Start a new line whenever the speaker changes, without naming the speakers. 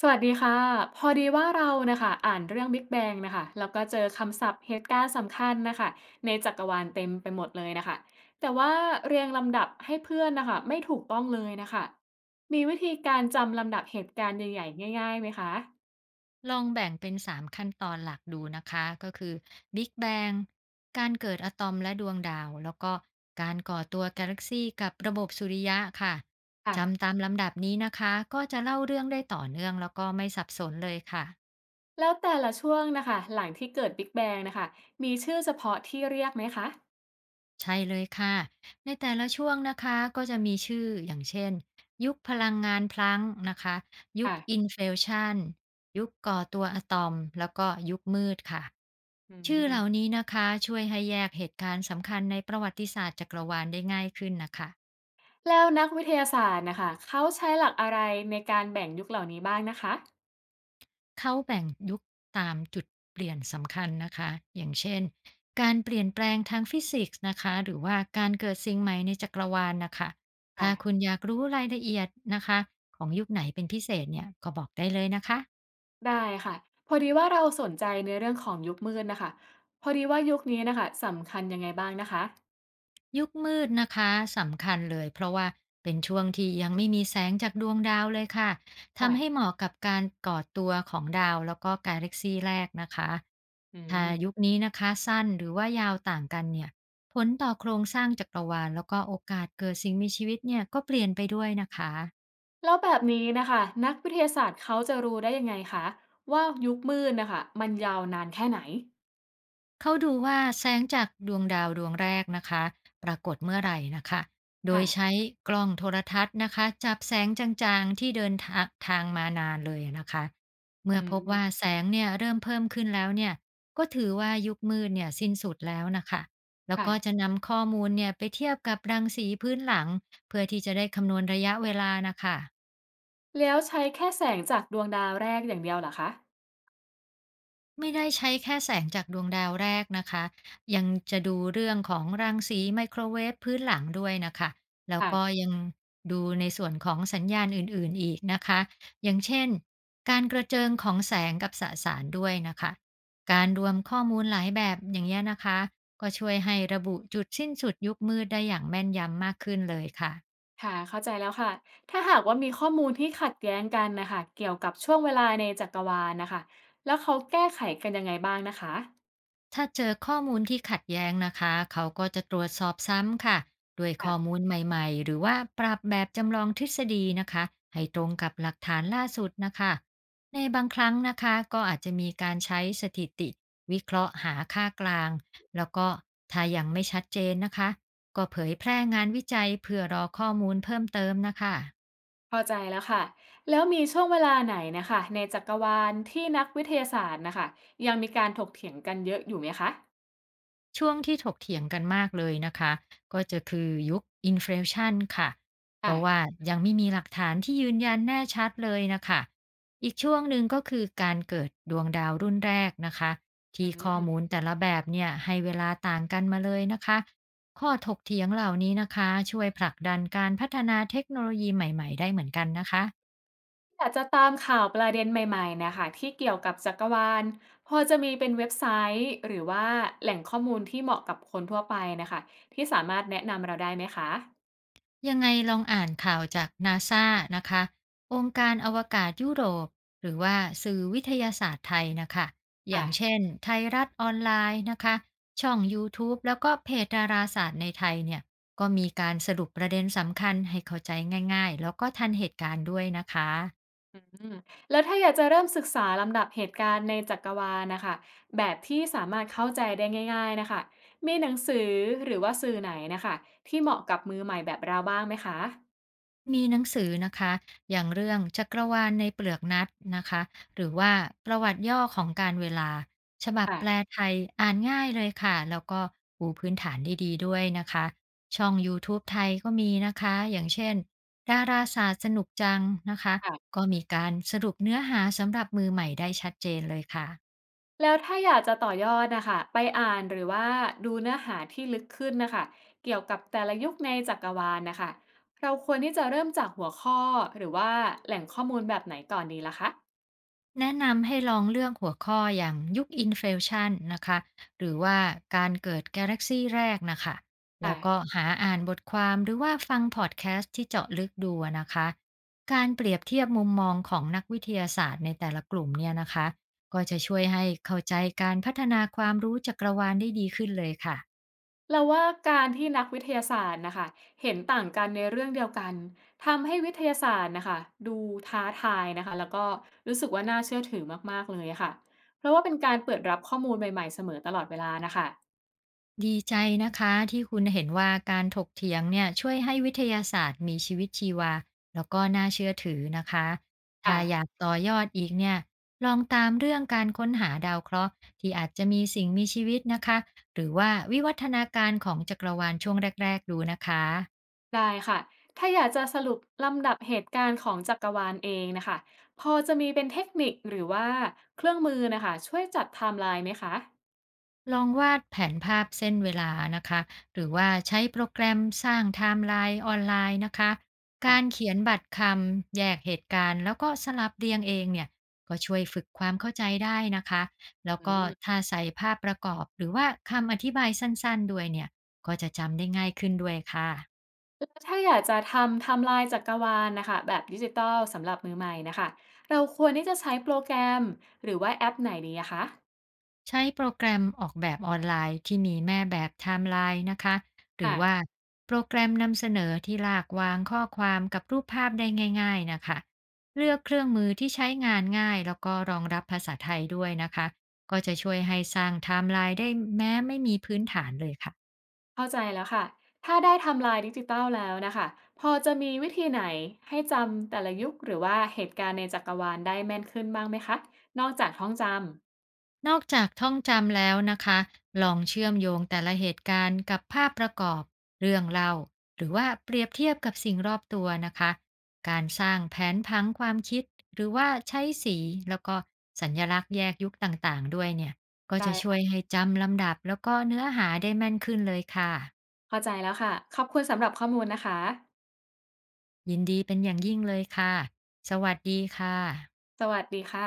สวัสดีค่ะพอดีว่าเรานะคะอ่านเรื่อง Big Bang นะคะแล้วก็เจอคำศัพท์เหตุการณ์สำคัญนะคะในจักรวาลเต็มไปหมดเลยนะคะแต่ว่าเรียงลำดับให้เพื่อนนะคะไม่ถูกต้องเลยนะคะมีวิธีการจำลำดับเหตุการณ์ใหญ่ๆง่ายๆไหมคะ
ลองแบ่งเป็น3ขั้นตอนหลักดูนะคะก็คือ Big Bang การเกิดอะตอมและดวงดาวแล้วก็การก่อตัวกาแล็กซีกับระบบสุริยะค่ะ
อ่ะ
จำตามลำดับนี้นะคะก็จะเล่าเรื่องได้ต่อเนื่องแล้วก็ไม่สับสนเลยค่ะ
แล้วแต่ละช่วงนะคะหลังที่เกิด Big Bang นะคะมีชื่อเฉพาะที่เรียกไหมคะ
ใช่เลยค่ะ ในแต่ละช่วงนะคะก็จะมีชื่ออย่างเช่นยุคพลังงานพลังก์นะคะยุค
อ่ะ
อินเฟลชันยุคก่อตัวอะตอมแล้วก็ยุคมืดค่ะ
อื
ชื่อเหล่า
ม
นี้นะคะช่วยให้แยกเหตุการณ์สำคัญในประวัติศาสตร์จักรวาลได้ง่ายขึ้นนะคะ
แล้วนักวิทยาศาสตร์นะคะเขาใช้หลักอะไรในการแบ่งยุคเหล่านี้บ้างนะคะ
เขาแบ่งยุคตามจุดเปลี่ยนสำคัญนะคะ อย่างเช่นการเปลี่ยนแปลงทางฟิสิกส์นะคะ หรือว่าการเกิดสิ่งใหม่ในจักรวาลนะคะ
อ่ะ
ถ้าคุณอยากรู้รายละเอียดนะคะของยุคไหนเป็นพิเศษเนี่ย ก็บอกได้เลยนะคะ
ได้ค่ะพอดีว่าเราสนใจในเรื่องของยุคมืดนะคะพอดีว่ายุคนี้นะคะสำคัญยังไงบ้างนะคะ
ยุคมืดนะคะสำคัญเลยเพราะว่าเป็นช่วงที่ยังไม่มีแสงจากดวงดาวเลยค่ะทำให้เห
ค่ะ
มาะกับการก่อตัวของดาวแล้วก็กาแล็กซีแรกนะคะ
อื
ถ้ายุค
ม
นี้นะคะสั้นหรือว่ายาวต่างกันเนี่ยผลต่อโครงสร้างจักรวาลแล้วก็โอกาสเกิดสิ่งมีชีวิตเนี่ยก็เปลี่ยนไปด้วยนะคะ
แล้วแบบนี้นะคะนักวิทยาศาสตร์เขาจะรู้ได้ยังไงคะว่ายุคมืดนะคะมันยาวนานแค่ไหน
เขาดูว่าแสงจากดวงดาวดวงแรกนะคะปรากฏเมื่อไหร่นะคะโดยใช้
ค่ะ
กล้องโทรทัศน์นะคะจับแสงจางๆที่เดินทางทางมานานเลยนะคะเมื่
อื
อพบว่า
ม
แสงเนี่ยเริ่มเพิ่มขึ้นแล้วเนี่ยก็ถือว่ายุคมืดเนี่ยสิ้นสุดแล้วนะคะแล้วก็
ค่ะ
จะนำข้อมูลเนี่ยไปเทียบกับรังสีพื้นหลังเพื่อที่จะได้คำนวณระยะเวลานะคะ
แล้วใช้แค่แสงจากดวงดาวแรกอย่างเดียวเหรอคะ
ไม่ได้ใช้แค่แสงจากดวงดาวแรกนะคะยังจะดูเรื่องของรังสีไมโครเวฟพื้นหลังด้วยน่ะค่ะแล้วก็
ค่ะ
ยังดูในส่วนของสัญญาณอื่นๆอีกนะคะอย่างเช่นการกระเจิงของแสงกับสสารด้วยน่ะค่ะการรวมข้อมูลหลายแบบอย่างเงี้ยนะคะก็ช่วยให้ระบุจุดสิ้นสุดยุคมืดได้อย่างแม่นยำมากขึ้นเลยค่ะ
ค่ะเข้าใจแล้วค่ะถ้าหากว่ามีข้อมูลที่ขัดแย้งกันนะคะเกี่ยวกับช่วงเวลาในจักรวาลนะคะแล้วเขาแก้ไขกันยังไงบ้างนะคะ
ถ้าเจอข้อมูลที่ขัดแย้งนะคะ เขาก็จะตรวจสอบซ้ำค่ะด้วยข้อมูลใหม่ๆ หรือว่าปรับแบบจำลองทฤษฎีนะคะ ให้ตรงกับหลักฐานล่าสุดนะคะ ในบางครั้งนะคะ ก็อาจจะมีการใช้สถิติวิเคราะห์หาค่ากลาง แล้วก็ถ้ายังไม่ชัดเจนนะคะ ก็เผยแพร่งานวิจัยเพื่อรอข้อมูลเพิ่มเติมนะคะ
เข้าใจแล้วค่ะ แล้วมีช่วงเวลาไหนนะคะในจักรวาลที่นักวิทยาศาสตร์นะคะยังมีการถกเถียงกันเยอะอยู่ไหมคะ
ช่วงที่ถกเถียงกันมากเลยนะคะก็จะคือยุค inflation ค่ะเพ
อ่ะ
ราะว่ายังไม่มีหลักฐานที่ยืนยันแน่ชัดเลยนะคะอีกช่วงหนึ่งก็คือการเกิดดวงดาวรุ่นแรกนะคะ
อื
ที่ข้อ
ม
มูลแต่ละแบบเนี่ยให้เวลาต่างกันมาเลยนะคะข้อถกเถียงเหล่านี้นะคะช่วยผลักดันการพัฒนาเทคโนโลยีใหม่ๆได้เหมือนกันนะคะ
อยากจะตามข่าวประเด็นใหม่ๆนะคะที่เกี่ยวกับจักรวาลพอจะมีเป็นเว็บไซต์หรือว่าแหล่งข้อมูลที่เหมาะกับคนทั่วไปนะคะที่สามารถแนะนำเราได้ไหมคะ
ยังไงลองอ่านข่าวจากนาซานะคะองค์การอวกาศยุโรปหรือว่าสื่อวิทยาศาสตร์ไทยนะคะอ
อ่ะ
ย่างเช่นไทยรัฐออนไลน์นะคะช่อง YouTube แล้วก็เพจดาราศาสตร์ในไทยเนี่ยก็มีการสรุปประเด็นสำคัญให้เข้าใจง่ายๆแล้วก็ทันเหตุการณ์ด้วยนะคะ
อืมแล้วถ้าอยากจะเริ่มศึกษาลำดับเหตุการณ์ในจักรวาลนะคะแบบที่สามารถเข้าใจได้ง่ายๆนะคะมีหนังสือหรือว่าสื่อไหนนะคะที่เหมาะกับมือใหม่แบบเราบ้างไหมคะ
มีหนังสือนะคะอย่างเรื่องจักรวาลในเปลือกนัดนะคะหรือว่าประวัติย่อของการเวลาฉบับแปล
ค่ะ
ไทยอ่านง่ายเลยค่ะแล้วก็ปูพื้นฐานได้ดีด้วยนะคะช่อง YouTube ไทยก็มีนะคะอย่างเช่นดาราศาสตร์สนุกจังนะคะ
ค่ะ
ก็มีการสรุปเนื้อหาสำหรับมือใหม่ได้ชัดเจนเลยค่ะ
แล้วถ้าอยากจะต่อยอดนะคะไปอ่านหรือว่าดูเนื้อหาที่ลึกขึ้นนะคะเกี่ยวกับแต่ละยุคในจักรวาลนะคะเราควรที่จะเริ่มจากหัวข้อหรือว่าแหล่งข้อมูลแบบไหนก่อนดีล่ะคะ
แนะนำให้ลองเลือกหัวข้ออย่างยุคอินเฟลชันนะคะหรือว่าการเกิดกาแล็กซีแรกนะคะแล้
อ่ะ
วก็หาอ่านบทความหรือว่าฟังพอดแคสต์ที่เจาะลึกดูอะนะคะการเปรียบเทียบมุมมองของนักวิทยาศาสตร์ในแต่ละกลุ่มเนี่ยนะคะก็จะช่วยให้เข้าใจการพัฒนาความรู้จักรวาลได้ดีขึ้นเลยค่ะ
เราว่าการที่นักวิทยาศาสตร์นะคะเห็นต่างกันในเรื่องเดียวกันทำให้วิทยาศาสตร์นะคะดูท้าทายนะคะแล้วก็รู้สึกว่าน่าเชื่อถือมากๆเลยอะค่ะเพราะว่าเป็นการเปิดรับข้อมูลใหม่ๆเสมอตลอดเวลานะคะ
ดีใจนะคะที่คุณเห็นว่าการถกเถียงเนี่ยช่วยให้วิทยาศาสตร์มีชีวิตชีวาแล้วก็น่าเชื่อถือนะคะถ้า
อ่า
อยากต่อยอดอีกเนี่ยลองตามเรื่องการค้นหาดาวเคราะห์ที่อาจจะมีสิ่งมีชีวิตนะคะหรือว่าวิวัฒนาการของจักรวาลช่วงแรกๆดูนะคะ
ได้ค่ะถ้าอยากจะสรุปลำดับเหตุการณ์ของจักรวาลเองนะคะพอจะมีเป็นเทคนิคหรือว่าเครื่องมือนะคะช่วยจัดไทม์ไลน์ไหมคะ
ลองวาดแผนภาพเส้นเวลานะคะหรือว่าใช้โปรแกรมสร้างไทม์ไลน์ออนไลน์นะคะการ
ค่ะ
เขียนบัตรคำแยกเหตุการณ์แล้วก็สลับเรียงเองเนี่ยก็ช่วยฝึกความเข้าใจได้นะคะแล้ว
อื
ก็
ม
ถ้าใส่ภาพประกอบหรือว่าคำอธิบายสั้นๆด้วยเนี่ยก็จะจำได้ง่ายขึ้นด้วยค่ะ
ถ้าอยากจะทำไทม์ไลน์จักรวาลนะคะแบบดิจิตอลสำหรับมือใหม่นะคะเราควรที่จะใช้โปรแกรมหรือว่าแอปไหนดีอะคะ
ใช้โปรแกรมออกแบบออนไลน์ที่มีแม่แบบไทม์ไลน์นะคะ หรือ
อ่ะ
ว่าโปรแกรมนำเสนอที่ลากวางข้อความกับรูปภาพได้ง่ายๆนะคะ เลือกเครื่องมือที่ใช้งานง่ายแล้วก็รองรับภาษาไทยด้วยนะคะ ก็จะช่วยให้สร้างไทม์ไลน์ได้แม้ไม่มีพื้นฐานเลยค่ะ
เข้าใจแล้วค่ะถ้าได้ไทำลายดิจิตอลแล้วนะคะพอจะมีวิธีไหนให้จำแต่ละยุคหรือว่าเหตุการณ์ในจักรวาลได้แม่นขึ้นบ้างไหมคะนอกจากท่องจำ
นอกจากท่องจำแล้วนะคะลองเชื่อมโยงแต่ละเหตุการณ์กับภาพประกอบเรื่องเล่าหรือว่าเปรียบเทียบกับสิ่งรอบตัวนะคะการสร้างแผนพังความคิดหรือว่าใช้สีแล้วก็สัญญลักษณ์แยกยุคต่างๆด้วยเนี่ยก็
ได้
จะช่วย
ค่ะ
ให้จำลำดับแล้วก็เนื้อหาได้แม่นขึ้นเลยค่ะ
เข้าใจแล้วค่ะขอบคุณสำหรับข้อมูลนะคะ
ยินดีเป็นอย่างยิ่งเลยค่ะสวัสดีค่ะ
สวัสดีค่ะ